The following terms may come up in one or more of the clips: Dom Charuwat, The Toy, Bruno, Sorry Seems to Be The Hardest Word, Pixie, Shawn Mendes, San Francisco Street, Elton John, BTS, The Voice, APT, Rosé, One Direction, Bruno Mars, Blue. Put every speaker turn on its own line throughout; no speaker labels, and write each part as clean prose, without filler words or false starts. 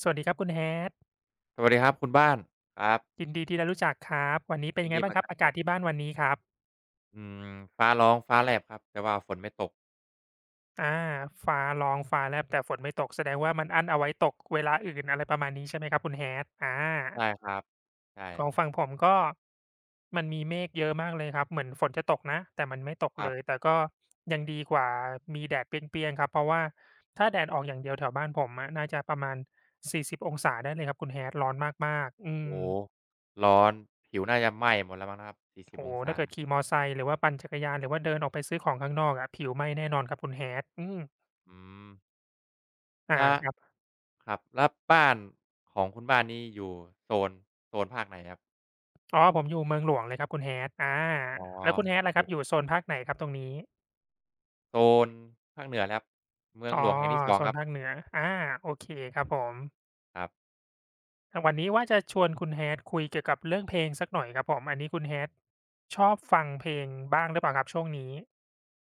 สวัสดีครับคุณ Hat
สวัสดีครับคุณบ้านครับ
ยินดีที่ได้รู้จักครับ วันนี้เป็น
ยิน
ยังไง
ดี
บ้าง
เมา
ค
น
รับ
ก
อา
ครั
กาศ
บ
ที่บ้านวันนี้ครับ
อืมฟ้าร้องฟ้าแลบครับแต่ว่าฝนไม่ตก
อาฟ้าร้องฟ้าแลบแต่ฝนไม่ตกแสดงว่ามันอั้นเอาไว้ตกเวลาอื่นอะไรประมาณนี้ใช่ไหมครับคุณ Hat? อา
ใช่ครับใช
ของ
่
ฝั่งผมก็มันมีเมฆเยอะมากเลยครับ เหมือนฝนจะตกนะแต่มันไม่ตก
ครั
เลย
บ
แต่ก็ยังดีกว่ามีแดดเปรี้ยงๆครับเพราะว่าถ้าแดดออกอย่างเดียวแถวบ้านผมอะน่าจะประมาณ40องศาได้เลยครับคุณ Hat ร้อนมากๆอืม
โอ้โฮร้อนผิวน่าจะไหม้หมดแล้วมั้งนะครับสี่สิบ
โอ้
อง
โฮ
ศา
ถ้าเกิดขี่มอไซค์หรือว่าปั่นจักรยานหรือว่าเดินออกไปซื้อของข้างนอกอะผิวไหม้แน่นอนครับคุณ Hat อืม
อืม
อา
แล้ว
ครับ
ครับแล้วบ้านของคุณบ้านนี่อยู่โซนโซนภาคไหนครับ
อ๋อผมอยู่เมืองหลวงเลยครับคุณ Hat อา
อ๋อ
แล้วคุณ Hat ล่ะ
อ
ครั
ยู่
บอยู่โซนภาคไหนครับตรงนี้
โซนภาคเหนือแล้วครับเมือง
อ๋อ
หลวงแห่งที่สอง
โซ
ค
น
รับ
ภาคเหนืออาโอเคครับผม
ครับ
แต่วันนี้ว่าจะชวนคุณ Hat คุยเกี่ยวกับเรื่องเพลงสักหน่อยครับผมอันนี้คุณ Hat ชอบฟังเพลงบ้างหรือเปล่าครับช่วงนี้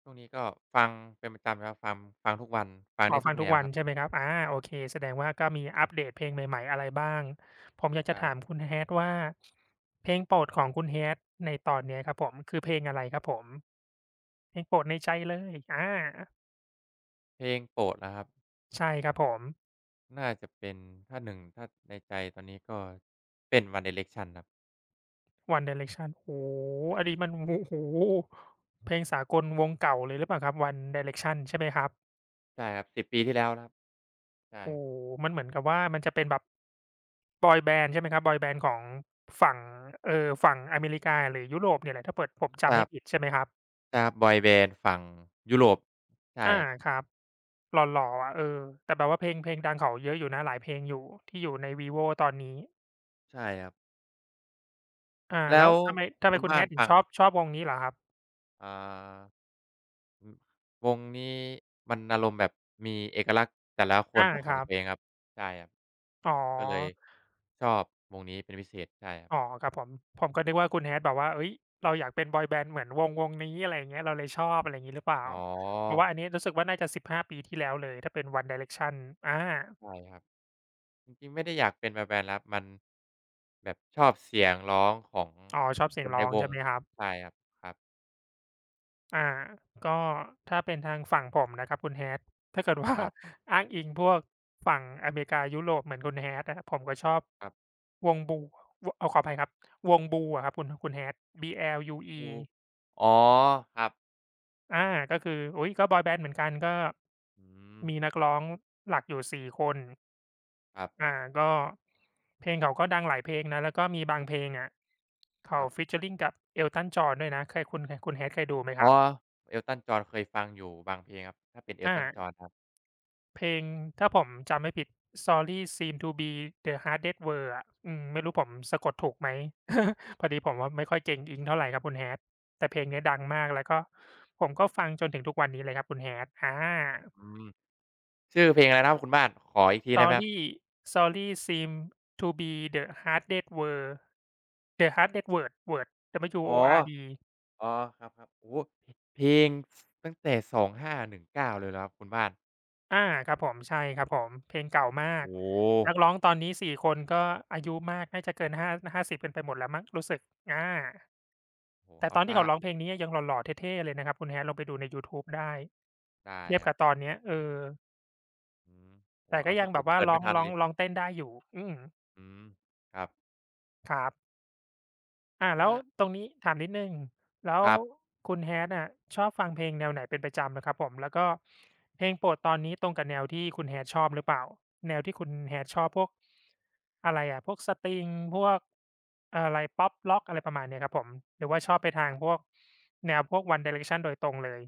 ช่วงนี้ก็ฟังเป็นประจำอยู่แล้วฟังทุกวันฟัง
อ๋อ
ได้
ฟั
ทุก
ง
แน
ทุก
ว
วั
ค
น
รั
ใช่
บ
ไหมครับอาโอเคแสดงว่าก็มีอัปเดตเพลงใหม่ๆอะไรบ้างผมอยากจะถาม
ใช่
คุณ Hat ว่าเพลงโปรดของคุณ Hat ในตอนเนี้ยครับผมคือเพลงอะไรครับผมเพลงโปรดในใจเลยอา
เพลงโปรดเหรอครับ
ใช่ครับผม
น่าจะเป็นถ้าหนึงถ้าในใจตอนนี้ก็เป็น One Direction ครับ
One Direction โอ้โฮอันนี้มันโอ้โฮเพลงสากลวงเก่าเลยหรือเปล่าครับ One Direction ใช่ไหมครับ
ใช่ครับ10ปีที่แล้วครับใช่
โอ้โฮมันเหมือนกับว่ามันจะเป็นแบบบอยแบนด์ใช่ไหมครับบอยแบนด์ของฝั่งฝั่งอเมริกาหรือยุโรปเนี่ยแหละถ้าเปิดผม
ท
จำ
รา
ไม่
บ
ผิดใช่ไหมครับ
บอยแบนด์ฝั่งยุโรปใช่
อา
ครับ
ครับหล่อๆอะเออแต่แบบว่าเพลงดังเขาเยอะอยู่นะหลายเพลงอยู่ที่อยู่ใน Vivo ตอนนี้
ใช่ครับ
อา
แล้
แล้ว
ว
ทำไม
คุณ
คุณ
บ้าน
Hat ถึง
ฟัง
ชอ
แบ
บ
บ
ชอบวงนี้เหรอครับ
อ่าอืมวงนี้มันอารมณ์แบบมีเอกลักษณ์แต่ละคน
อา
เป็นข
ค
อง
รั
ตั
บ
วเองครับใช่ครับ
อ๋อ
ก็เลยชอบวงนี้เป็นพิเศษใช่ครั
อ๋อ
บ
ครับผมผมก็นึกว่าคุณ Hat แบบว่าเฮ้ยเราอยากเป็นบอยแบนด์เหมือนวงนี้อะไรอย่างเงี้ยเราเลยชอบอะไรอย่างี้หรือเปล่า
อ๋อ
เพราะว่าอันนี้รู้สึกว่าน่าจะ15ปีที่แล้วเลยถ้าเป็น One Direction อา
ใช่ครับ จริงๆไม่ได้อยากเป็นแบบแบนด์ครับมันแบบชอบเสียงร้องของ
อ๋อชอบ
ค
เสียง
นใน
ร้อง
ว
ใช่
ง
ไหมครับ
ใช่ครับครับ
อ่าก็ถ้าเป็นทางฝั่งผมนะครับคุณ Hat ถ้าเกิดว่า
ครับ
อ้างอิงพวกฝั่งอเมริกายุโรปเหมือนคุณ Hat อะผมก็ชอบ
ครับ
วง Blue ขออภัยครับวง Blue อะครับคุณ Hat
Kung f
BLUE
องดูอ๋อครับ
อาก็คืออุ๊ยก็บอยแบนด์เหมือนกันก็
อืม
มีนักร้องหลักอยู่4คน
ครับ
อ่าก็เพลงเขาก็ดังหลายเพลงนะแล้วก็มีบางเพลงอะ
ค
เขา
รับ
featuring กับ Elton John ด้วยนะเคยคุณ Hat เคยดูไหมค
อ๋อ
รับ
Elton John เคยฟังอยู่บางเพลงครับถ้าเป็น
อา
Elton John ครับ
เพลงถ้าผมจำไม่ผิด Sorry Seems to Be The Hardest Word อะอืมไม่รู้ผมสะกดถูกไหม พอดีผมว่าไม่ค่อยเก่งอิงเท่าไรครับคุณ Hat แต่เพลง
อื
เนี้ยดัง
ม
มากแล้วก็ผมก็ฟังจนถึงทุกวันนี้เลยครับคุณ Hat อา
อืมชื่อเพลงอะไรนะครับคุณบ้านขออีกทีได้ไหมครับ
Sorry Sorry Seems to Be The Hardest Word The Hardest Word Word W
อ๋
O
อ
R D
อ๋อครับๆโอ้โฮพเพลงตั้งแต่2519เก้าเลยเหรอครับคุณบ้าน
อาครับผมใช่ครับผมเพลงเก่ามาก
โอ้
นักร้องตอนนี้4คนก็อายุมากน่าจะเกิน 50กันไปหมดแล้วมั้งรู้สึกอา
โฮโอ้โฮ
แต่
เอา
ตอน
เสี
ที่เขา
ย
ร้องเพลงนี้ยังหล่อๆเท่ๆเลยนะครับคุณ Hat ลองไปดูในยูทูบได้
ได้
เทียบ
ครั
กั
บ
บตอนเนี้ยเออ
อืมโอ้โฮ
แต่ก็
เอาเสี
ยั
ย
ง
ผ
แบ
ม
บว่า
เกิด
ร้
ไม่
อง
ทัน
ร้อ
เล
ง
ย
ร้องเต้นได้อยู่อืม
อืมครับ
ครับอ่าแล้ว
แล้ว
ตรงนี้ถามนิดหนึ่งแล้ว
ครับ
คุณ Hat อะชอบฟังเพลงแนวไหนเป็นประจำอะครับผมแล้วก็เพลงโปรดตอนนี้ตรงกับแนวที่คุณ Hat ชอบหรือเปล่าแนวที่คุณ Hat ชอบพวกอะไรอะพวกสตริงพวกอะไรป๊อปร็อกอะไรประมาณเนี้ยครับผมหรือว่าชอบไปทางพ
อ
วกแนวพวก One Direction โดยตรงเลย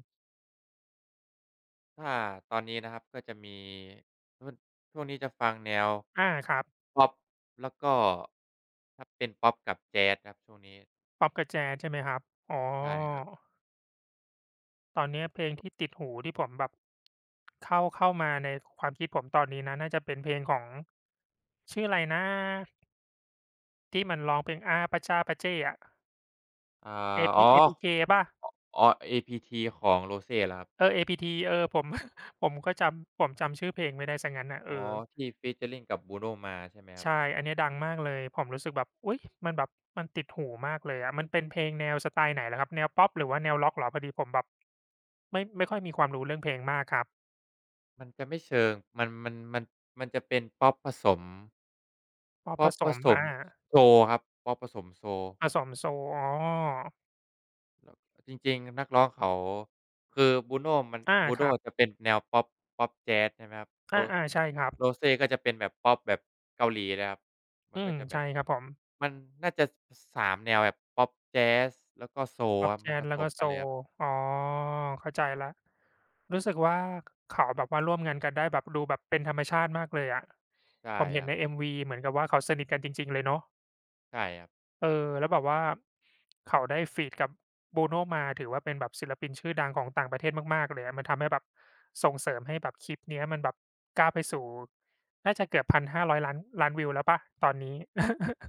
ถ้าตอนนี้นะครับก็จะมีช่วงช่วงนี้จะฟังแนว
อาครับ
พ็อปแล้วก็ถ้าเป็นพ็อปกับแจ๊สครับช่วงนี้
ป๊อปกับแจสใช่ไหมครับอ๋อ
ใช่ครับ
ตอนเนี้ยเพลงที่ติดหูที่ผมแบบเข้ามาในความคิดผมตอนนี้นะน่าจะเป็นเพลงของชื่ออะไรนะที่มันร้องเพลงอาปะจ้าปะเจ้อะ
อ่าอ๋อ
AP APK เปล่า
อ๋อ APT ของ Rosé เหรอครับ
เออ APT เออผม ผมจำชื่อเพลงไม่ได้เสียงั้นน่ะเอ
อ๋อ
อ
ที่ featuring กับ Bruno Mars ใช่ไหมครับ
ใช่อันเนี้ยดังมากเลยผมรู้สึกแบบอุ๊ยมันแบบมันติดหูมากเลยอะมันเป็นเพลงแนวสไตล์ไหนเหรอครับแนวพ็อปหรือว่าแนวร็อกเหรอพอดีผมแบบไม่ค่อยมีความรู้เรื่องเพลงมากครับ
มันจะไม่เชิงมันมันจะเป็นพ็อปผสม
พ็อป
พ็
ผ
อป
ส
ผ
ม
สม
อา
โซลครับพ็อปผสมโซล
ผสมโซอ๋อ
แล้วจริงๆนักร้องเขาคือ Bruno มัน
อาค
Bruno
รับ
จะเป็นแนวพ็อปพ็อปแจ๊สใช่ไหมครับ Ro
อาๆใช่ครับ
Rosé ก็จะเป็นแบบพ็อปแบบเกาหลีเลยครับมั
อื
นก็
ม
จะแบ
ใช่
บ
ครับผม
มันน่าจะสามแนวแบบพ็อปแจ๊สแล้วก็โซล
ป๊อ
ค
ป
รับมั
แจ๊
นผ
ส
ส
แล้วก็
ม
โซ
กันเลยครับ
อ๋อเข้าใจแล้วรู้สึกว่าเขาแบบว่าร่วมงานกันได้แบบดูแบบเป็นธรรมชาติมากเลยอะผ
ใช่
ม
ค
เห็น
รับ
ใน MV เหมือนกับว่าเขาสนิทกันจริงๆเลยเนาะ
ใช่ครับ
เออแล้วแบบว่าเขาได้ฟีตกับ Bruno มาถือว่าเป็นแบบศิลปินชื่อดังของต่างประเทศมากๆเลยอะมันทำให้แบบส่งเสริมให้แบบคลิปเนี้ยมันแบบก้าวไปสู่น่าจะเกือบ1 5 0 0 0 0 0้0 0ล้านล้านวิวแล้วเปล่าตอนนี้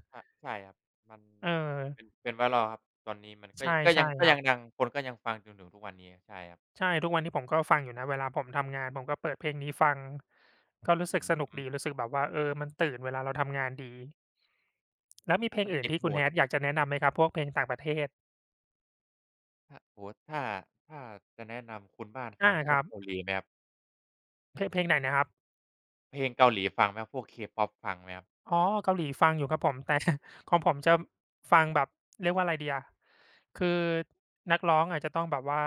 ใช่ใช่ครับมัน
เออ
เป็น viral ครับตอนนี้มันก็
ใช่ใช่ครั
ยัง
บ
ดังคนก็ยังฟังจนถึงทุกวันนี้ใช่ครับ
ใช่ทุกวันนี้ผมก็ฟังอยู่นะเวลาผมทำงานผมก็เปิดเพลงนี้ฟังก็รู้สึกสนุก
อืม
ดีรู้สึกแบบว่าเออมันตื่นเวลาเราทำงานดีแล้วมีเพลง
มัน
อื่น
ติด
ที่
หู
คุณ
ครั
Hat
บ
อยากจะแนะนำไหมครับพวกเพลงต่างประเทศ
ถ้าโอ้โฮถ้าถ้าจะแนะนำคุณบ้านฟั
อา
งพ
ค
วก
รับ
เกาหลีไหมครับ
เพลงไหนนะครับ
เพลงเกาหลีฟังไหมครับพวก K-pop ฟังไหมครับ
อ๋อเกาหลีฟังอยู่ครับผมแต่ ของผมจะฟังแบบเรียกว่าอะไรดีอะคือนักร้องอาจจะต้องแบบว่า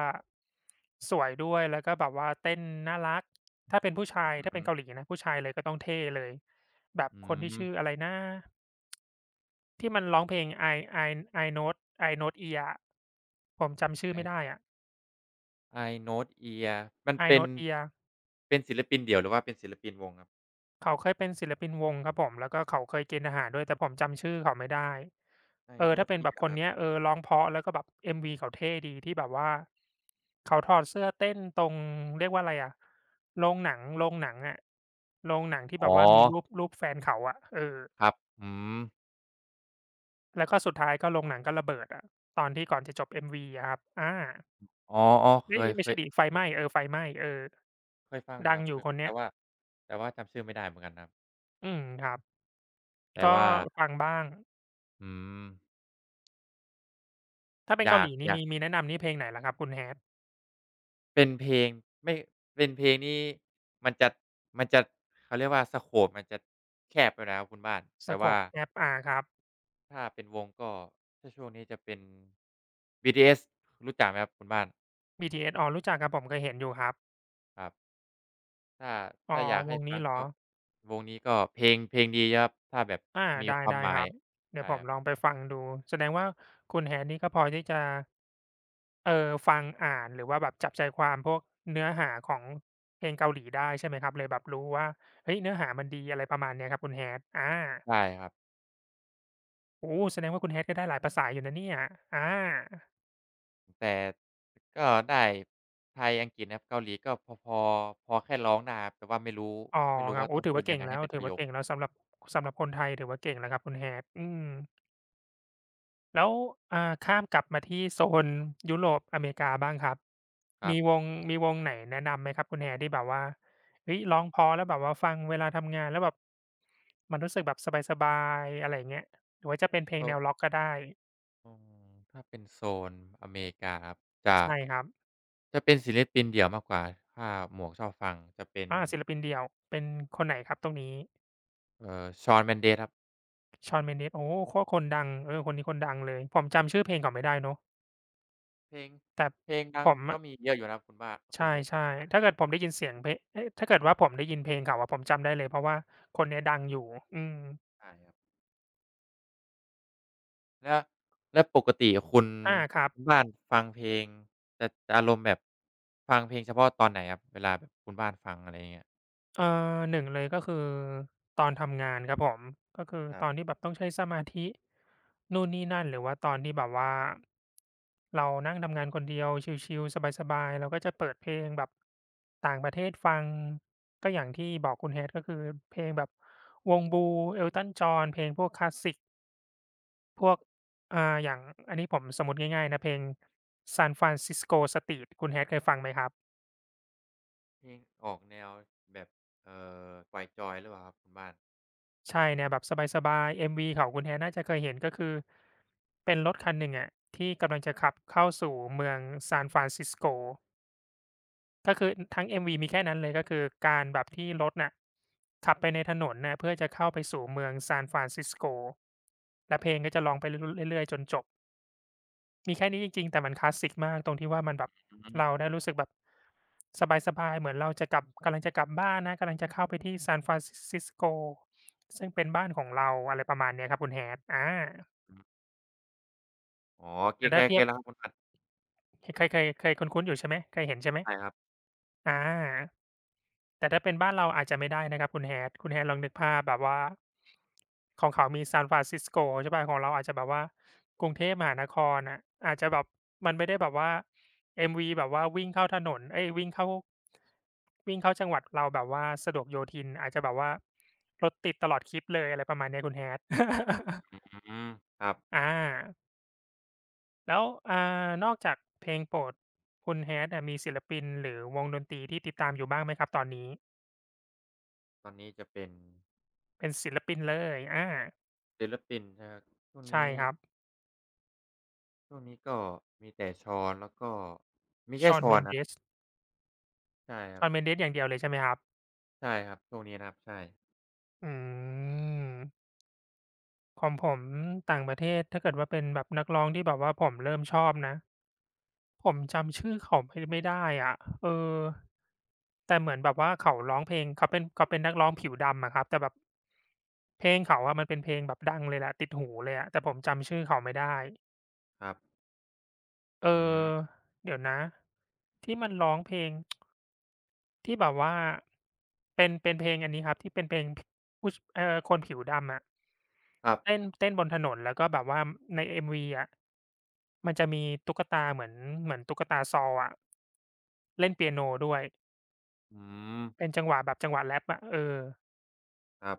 สวยด้วยแล้วก็แบบว่าเต้นน่ารักถ้าเป็นผู้ชาย
อื
ถ้าเป็น
ม
เกาหลีนะผู้ชายเลยก็ต้องเท่เลยแบบ
อื
คนที่
ม
ชื่ออะไรนะที่มันร้องเพลง I I I n o w I n o w ear อผมจำชื่อไม่ได้
ไอ้
อะ
I Note Ear มัน
I
เป็
n
น
o e ear
เป็นศิลปินเดี่ยวหรือว่าเป็นศิลปินวงครับ
เขาเคยเป็นศิลปินวงครับผมแล้วก็เขาเคยเกณฑ์ทหารด้วยแต่ผมจำชื่อเขาไม่ได้
I
เออถ้า
Note
เป็นแบ
Ear
บ
เหร
ค
อค
น
รั
เนี้ย
บ
เออร้องเพราะแล้วก็แบบ MV เขาเท่ดีที่แบบว่าเขาถอดเสื้อเต้นตรงเรียกว่าอะไรอะโรงหนังอะโรงหนังที่แบ
อ๋
บ
อ
ว่ามีรูปแฟนเขาอะเออ
ครับอืม
แล้วก็สุดท้ายก็โรงหนังก็ระเบิดอะตอนที่ก่อนจะจบ MV อะครับอา
อ๋อๆเค
เอ๊ย
ย
ไม่ใช่ดิไฟไหม้เออไฟไหม้เออ
ฟังอยู่
ดั
ค
ง
รับ
อ
เค
ยู่
ย
คนเนี้
แต่
ย
ว่า แต่ว่าจำชื่อไม่ได้เหมือนกันครับ
อืมครับ
แต่
ก็
ว่า
ฟังบ้าง
อืม
ถ้าเป็น
อ
เกา
ยา
ห
ก
ลีนี่มีแนะนำนี่เพลงไหนเหรอครับคุณ Hat?
เป็นเพลง ไม่เป็นเพลงนี่มันจะ มันจะเขาเรียกว่าสโกปมันจะแคบไปแล้วคุณบ้านแต่ว่า
Scopep อาครับ
ถ้าเป็นวงก็ถ้าช่วงนี้จะเป็น BTS รู้จักไหมครับคุณบ้าน
BTS อ๋อรู้จักครับผมเคยเห็นอยู่ครับ
ครับถ้า
อ๋อ
ถ้าอยาก
ว
ให้
ง
ฟั
นี้
ง
เหรอ
ก็วงนี้ก็เพลงเพลงดีครับถ้าแบบ
อา
มี
ได้
ความ
ได้
หมา
ค
ย
รับ เดี๋ย
ใช่
วผ
ค
ม
รับ
ลองไปฟังดูแสดงว่าคุณ Hat นี่ก็พอที่จะฟังอ่านหรือว่าแบบจับใจความพวกเนื้อหาของเพลงเกาหลีได้ใช่ไหมครับเลยแบบรู้ว่าเฮ้ยเนื้อหามันดีอะไรประมาณเนี้ยครับคุณ Hat อา
ใช่ครับ
โอ้โฮแสดงว่าคุณ Hat ก็ได้หลายภาษาอยู่นะเนี่ยอา
แต่ก็ได้ไทยอังกฤษนะครับเกาหลีก็พอพอพอแค่ร้องได้ครับแต่ว่าไม่รู้
อ๋อ
ไม่รู้
ครับ
ว่า
โอ้
ต้อง
ถือ
พูด
ว่า
ยั
เก่
ง
ง
ไง
แล้
ให้
ว
เป็น
ถื
ป
อ
ระโย
ว่า
ค
เก่งแล้วสำหรับสำหรับคนไทยถือว่าเก่งแล้วครับคุณ Hat อืม แล้วอ่าข้ามกลับมาที่โซนยุโรปอเมริกาบ้างครับ
ครั
มีว
บ
งมีวงไหนแนะนำไหมครับคุณ Hat ที่แบบว่าเฮ้ยร้องเพราะแล้วแบบว่าฟังเวลาทำงานแล้วแบบมันรู้สึกแบบสบายๆอะไรอย่างเงี้ยหรือว่าจะเป็นเพลงแนว
โซ
ร็อกก็ได้
อืมถ้าเป็นโซนอเมริกาครับจะ
ใช่ครับ
จะเป็นศิลปินเดี่ยวมากกว่าถ้าหมวกชอบฟังจะเป็น
อาศิลปินเดี่ยวเป็นคนไหนครับตรงนี้
Shawn Mendes ครับ
Shawn Mendes โอ้โฮโคตรคนดังเออคนนี้คนดังเลยผมจำชื่อเพลงเขาไม่ได้เนาะ
เพลง
แต่
เพลงดั
ผ
ง
ม
ก็
อะ
มีเยอะอยู่นะครับคุณบ้าน
ใช
คุณหมวก
่ๆถ้าเกิดผมได้ยินเสียงเพลงเอ๊ะถ้าเกิดว่าผมได้ยินเพลงเขาอะผมจำได้เลยเพราะว่าคนเนี้ยดังอยู่อืม
ใช่ครับแล้วปกติคุณ
อาครับ
คุณบ้านฟังเพลงจะอารมณ์แบบฟังเพลงเฉพาะตอนไหนครับเวลาแบบคุณบ้านฟังอะไรอย่างเงี้ย
เอ่อหนึ่งเลยก็คือตอนทำงานครับผมก็คือ
ครั
ต
บ
อนที่แบบต้องใช้สมาธินู่นนี่นั่นหรือว่าตอนที่แบบว่าเรานั่งทำงานคนเดียวชิลๆสบายๆเราก็จะเปิดเพลงแบบต่างประเทศฟังก็อย่างที่บอกคุณ Hat ก็คือเพลงแบบวง Blue Elton John เพลงพวกคลาสสิก พวกอ่าอย่างอันนี้ผมสมมุติง่ายๆนะเพลง San Francisco Street คุณ Hat เคยฟังไหมครับ
เพลงออกแนวแบบเอ่อปล่อยจอยหรือเปล่าครับคุณบ้าน
ใช่แนวแบบสบายๆ MV ของคุณ Hat น่าจะเคยเห็นก็คือเป็นรถคันหนึ่งอะที่กำลังจะขับเข้าสู่เมือง San Francisco ก็คืออทั้ง MV มีแค่นั้นเลยก็คือการแบบที่รถน่ะขับไปในถนนน่ะเพื่อจะเข้าไปสู่เมือง San Francisco และเพลงก็จะร้องไปเรื่อยๆจนจบ มีแค่นี้จริงๆ แต่มันคลาสสิกมากตรงที่ว่ามันแบบ
อืม
เราได้รู้สึกแบบสบายๆ เหมือนเราจะกลับกำลังจะกลับบ้านนะกำลังจะเข้าไปที่ซานฟรานซิสโกซึ่งเป็นบ้านของเราอะไรประมาณเนี้ยครับคุณ Hat อา
อืออ๋อเก็
แต่
ต
ถ้า
ๆ
เที
เก็
ย
ต
บ
แล้วครับคุณบ้าน
เคยคุ้นๆอยู่ใช่ไหมเคยเห็นใช่ไหม
ใช่ครับ
อา แต่ถ้าเป็นบ้านเราอาจจะไม่ได้นะครับคุณ Hat คุณ Hat ลองนึกภาพแบบว่าของเขามี San Francisco ใช่เปล่าของเราอาจจะแบบว่ากรุงเทพมหานครน่ะอาจจะแบบมันไม่ได้แบบว่า MV แบบว่าวิ่งเข้าถนนเอ๊ยวิ่งเข้าจังหวัดเราแบบว่าสะดวกโยธินอาจจะแบบว่ารถติดตลอดคลิปเลยอะไรประมาณเนี้ยคุณ Hat
อืมครับ
อาแล้วอ่นอกจากเพลงโปรดคุณ Hat อะมีศิลปินหรือวงดนตรีที่ติดตามอยู่บ้างไหมครับตอนนี้
ตอนนี้จะเป็น
เป็นศิลปินเลยอา
ศิลปินใช่ไหมครับช่วง
ใช่
นี้
ครับ
ช่วงนี้ก็มีแต่ชอนแล้วก็มีแค่ช
Shawn
อนครับ
Mendes
ใช่ครับ
Shawn Mendes อย่างเดียวเลยใช่ไหมครับ
ใช่ครับช่วงนี้นะครับใช่
อืมของผมต่างประเทศถ้าเกิดว่าเป็นแบบนักร้องที่แบบว่าผมเริ่มชอบนะผมจำชื่อเขาไม่ได้อะเออแต่เหมือนแบบว่าเขาร้องเพลงเขาเป็นนักร้องผิวดำอะครับแต่แบบเพลงเขาอะมันเป็นเพลงแบบดังเลยแหละติดหูเลยอะแต่ผมจำชื่อเขาไม่ได้
ครับ
เอ
อืม
อเดี๋ยวนะที่มันร้องเพลง ที่แบบว่าเป็นเพลงอันนี้ครับที่เป็นเพลงผู้ชเอ่อคนผิวดำอะ
ครับ
เต้นเต้นบนถนนแล้วก็แบบว่าใน MV อะมันจะมีตุ๊กตาเหมือนเหมือนตุ๊กตาซอลอะเล่นเปียโนด้วย
อืม
เป็นจังหวะแบบจังหวะแร็ปอะเออ
ครับ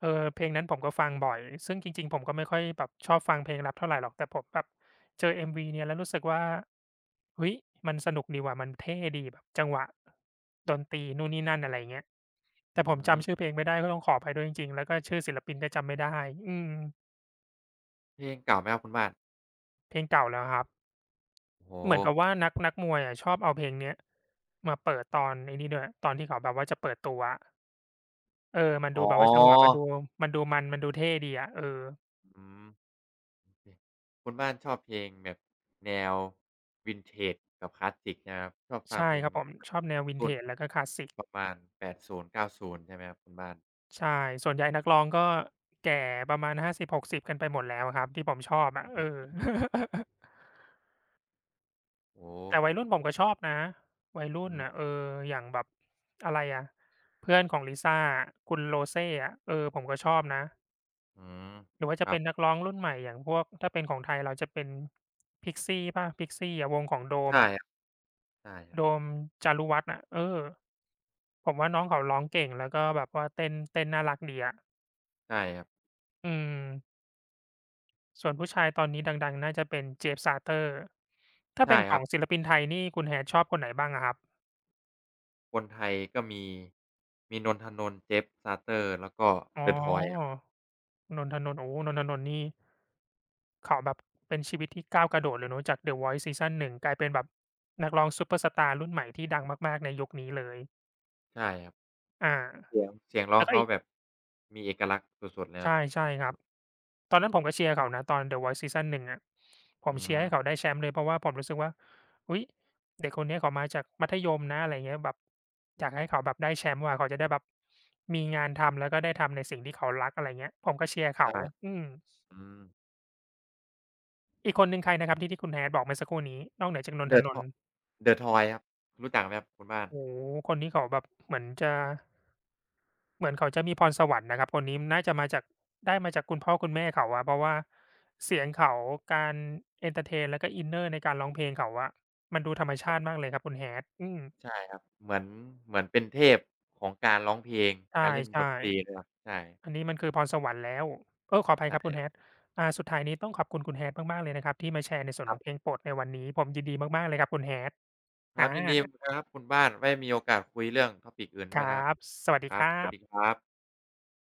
เออเพลงนั้นผมก็ฟังบ่อยซึ่งจริงๆผมก็ไม่ค่อยแบบชอบฟังเพลงแร็ปเท่าไรหรอกแต่ผมแบบเจอ MV เนี่ยแล้วรู้สึกว่าเฮ้ยมันสนุกดีว่ะมันเท่ดีแบบจังหวะดนตรีนู่นนี่นั่นอะไรอย่างเงี้ยแต่
อื
ผม
ม
จำชื่อเพลงไม่ได้ก็ต้องขออภัยด้วยจริงๆแล้วก็ชื่อศิลปินก็จำไม่ได้อืม
เพลงเก่าไหมครับคุณบ้าน
เพลงเก่าแล้วครับ
โอ้โฮ
เหมือนกับว่านักมวยอะชอบเอาเพลงเนี้ยมาเปิดตอนไอ้นี่ด้วยตอนที่เขาแบบว่าจะเปิดตัวอะเออมัน
อ๋
ดู
อ
แบบว่าจังหวะมันดูมันดูเท่ดีอะเออ
อืมโอเคคุณบ้านชอบเพลงแบบแนว Vintage กับคลาสสิกใช่ไหมครับชอบฟัง
ใช่
เพล
ค
ง
รับผมชอบแนว
รุ่น
Vintage แล้วก็คลาสสิก
ประมาณแปดศูนย์เก้าศูนย์ใช่ไหมครับคุณบ้าน
ใช่ส่วนใหญ่นักร้องก็แก่ประมาณ50-60กสิบกันไปหมดแล้วอะครับที่ผมชอบอะ
อื
เออ
ม โอ้โฮ
แต่วัยรุ่นผมก็ชอบนะวัยรุ่
อื
นน่ะเอ
ม
ออย่างแบบอะไรอะเพื่อนของลิซ่าอะคุณโรเซ่อะเออผมก็ชอบนะ
อืม
หรือว่า
ค
จะ
รั
เป็
บ
นนักร้องรุ่นใหม่อย่างพวกถ้าเป็นของไทยเราจะเป็น Pixie เปล่า Pixie อะวงของโดม
ใช่
อะ
ครับใช่ครั
โด
บ
มจารุวัฒน์อะเออผมว่าน้องเขาร้องเก่งแล้วก็แบบว่าเต้นเต้นน่ารักดีอะ
ใช่ครับ
อืม ส่วนผู้ชายตอนนี้ดังๆน่าจะเป็นเจฟซาเตอร์ ถ้า
ใช่
เป็นข
ครั
อ
บ
งศิลปินไทยนี่คุณ Hat ชอบคนไหนบ้างอะครับ
คนไทยก็มีมีนนทนนท์เจฟซาเตอร์ แล้วก็
อ๋อ
The Toy ครับ
นนทนนท์โอ้โฮนนทนนท์นี่เขาแบบเป็นชีวิตที่ก้าวกระโดดเลยเนาะจาก The Voice ซีซัน1กลายเป็นแบบนักร้องซุปเปอร์สตาร์รุ่นใหม่ที่ดังมากๆในยุคนี้เลย
ใช่ครับ
อา
เสียงเสียงร้อ
แล้
ง
วก็
เขา
อีก
แบบมีเอกลักษณ์สุดๆเลยครับ
ใช่ใช่ค
ค
รั
รั
บ
บ
ตอนนั้นผมก็เชียร์เขานะตอน The Voice ซีซั่น1อะผม
อื
เชียร์
ม
ให้เขาได้แชมป์เลยเพราะว่าผมรู้สึกว่าอุ๊ยเด็กคนเนี้ยเขามาจากมัธยมนะอะไรเงี้ยแบบอยากให้เขาแบบได้แชมป์ว่ะเขาจะได้แบบมีงานทำแล้วก็ได้ทำในสิ่งที่เขารักอะไรเงี้ยผมก็เชียร์เขา
ใช่
อืม
อืม
อีกคนหนึ่งใครนะครับที่คุณ Hat บอกเมื่อสักครู่นี้นอกเหนือจากนนท
The
นน
Toy
ท์
The Toy ครับ รู้จักไหมครับคุณบ้าน
โอ้โฮคนนี้เขาแบบเหมือนจะ เหมือนเขาจะมีพรสวรรค์นะครับคนนี้น่าจะมาจากได้มาจากคุณพ่อคุณแม่เขาอะเพราะว่าเสียงเขาการเอนเทอร์เทนแล้วก็อินเนอร์ในการร้องเพลงเขาอะมันดูธรรม
ครั
ชาติ
บ
มากเลยครับคุณ Hat อืม
ใช่ครับเหมือนเหมือนเป็นเทพของการร้องเพลง
ใ
การเล่นดน
ช่
ตรีด้วยครับใช่
ๆอันนี้มันคือพรสวรรค์แล้วเออขออภัย
ใช่
ครับคุณ
ครั
Hat
บ
อ่าสุดท้ายนี้ต้องขอบคุณคุณ Hat มากๆเลยนะครับที่มาแชร์ในส่วน
ค
ข
รั
อ
บ
งเพลงโปรดในวันนี้ผมยินดีมากๆเลยครับคุณ Hat
ค
อ
รับยินดี
า
ครับคุณบ้านไว้มีโอกาสคุยเรื่อง topic อื่น
ค
ด้วย
รั
นะครับ
บสวัสดี
ค
ค
รับ
รั
สวัสดี
บ
ครับ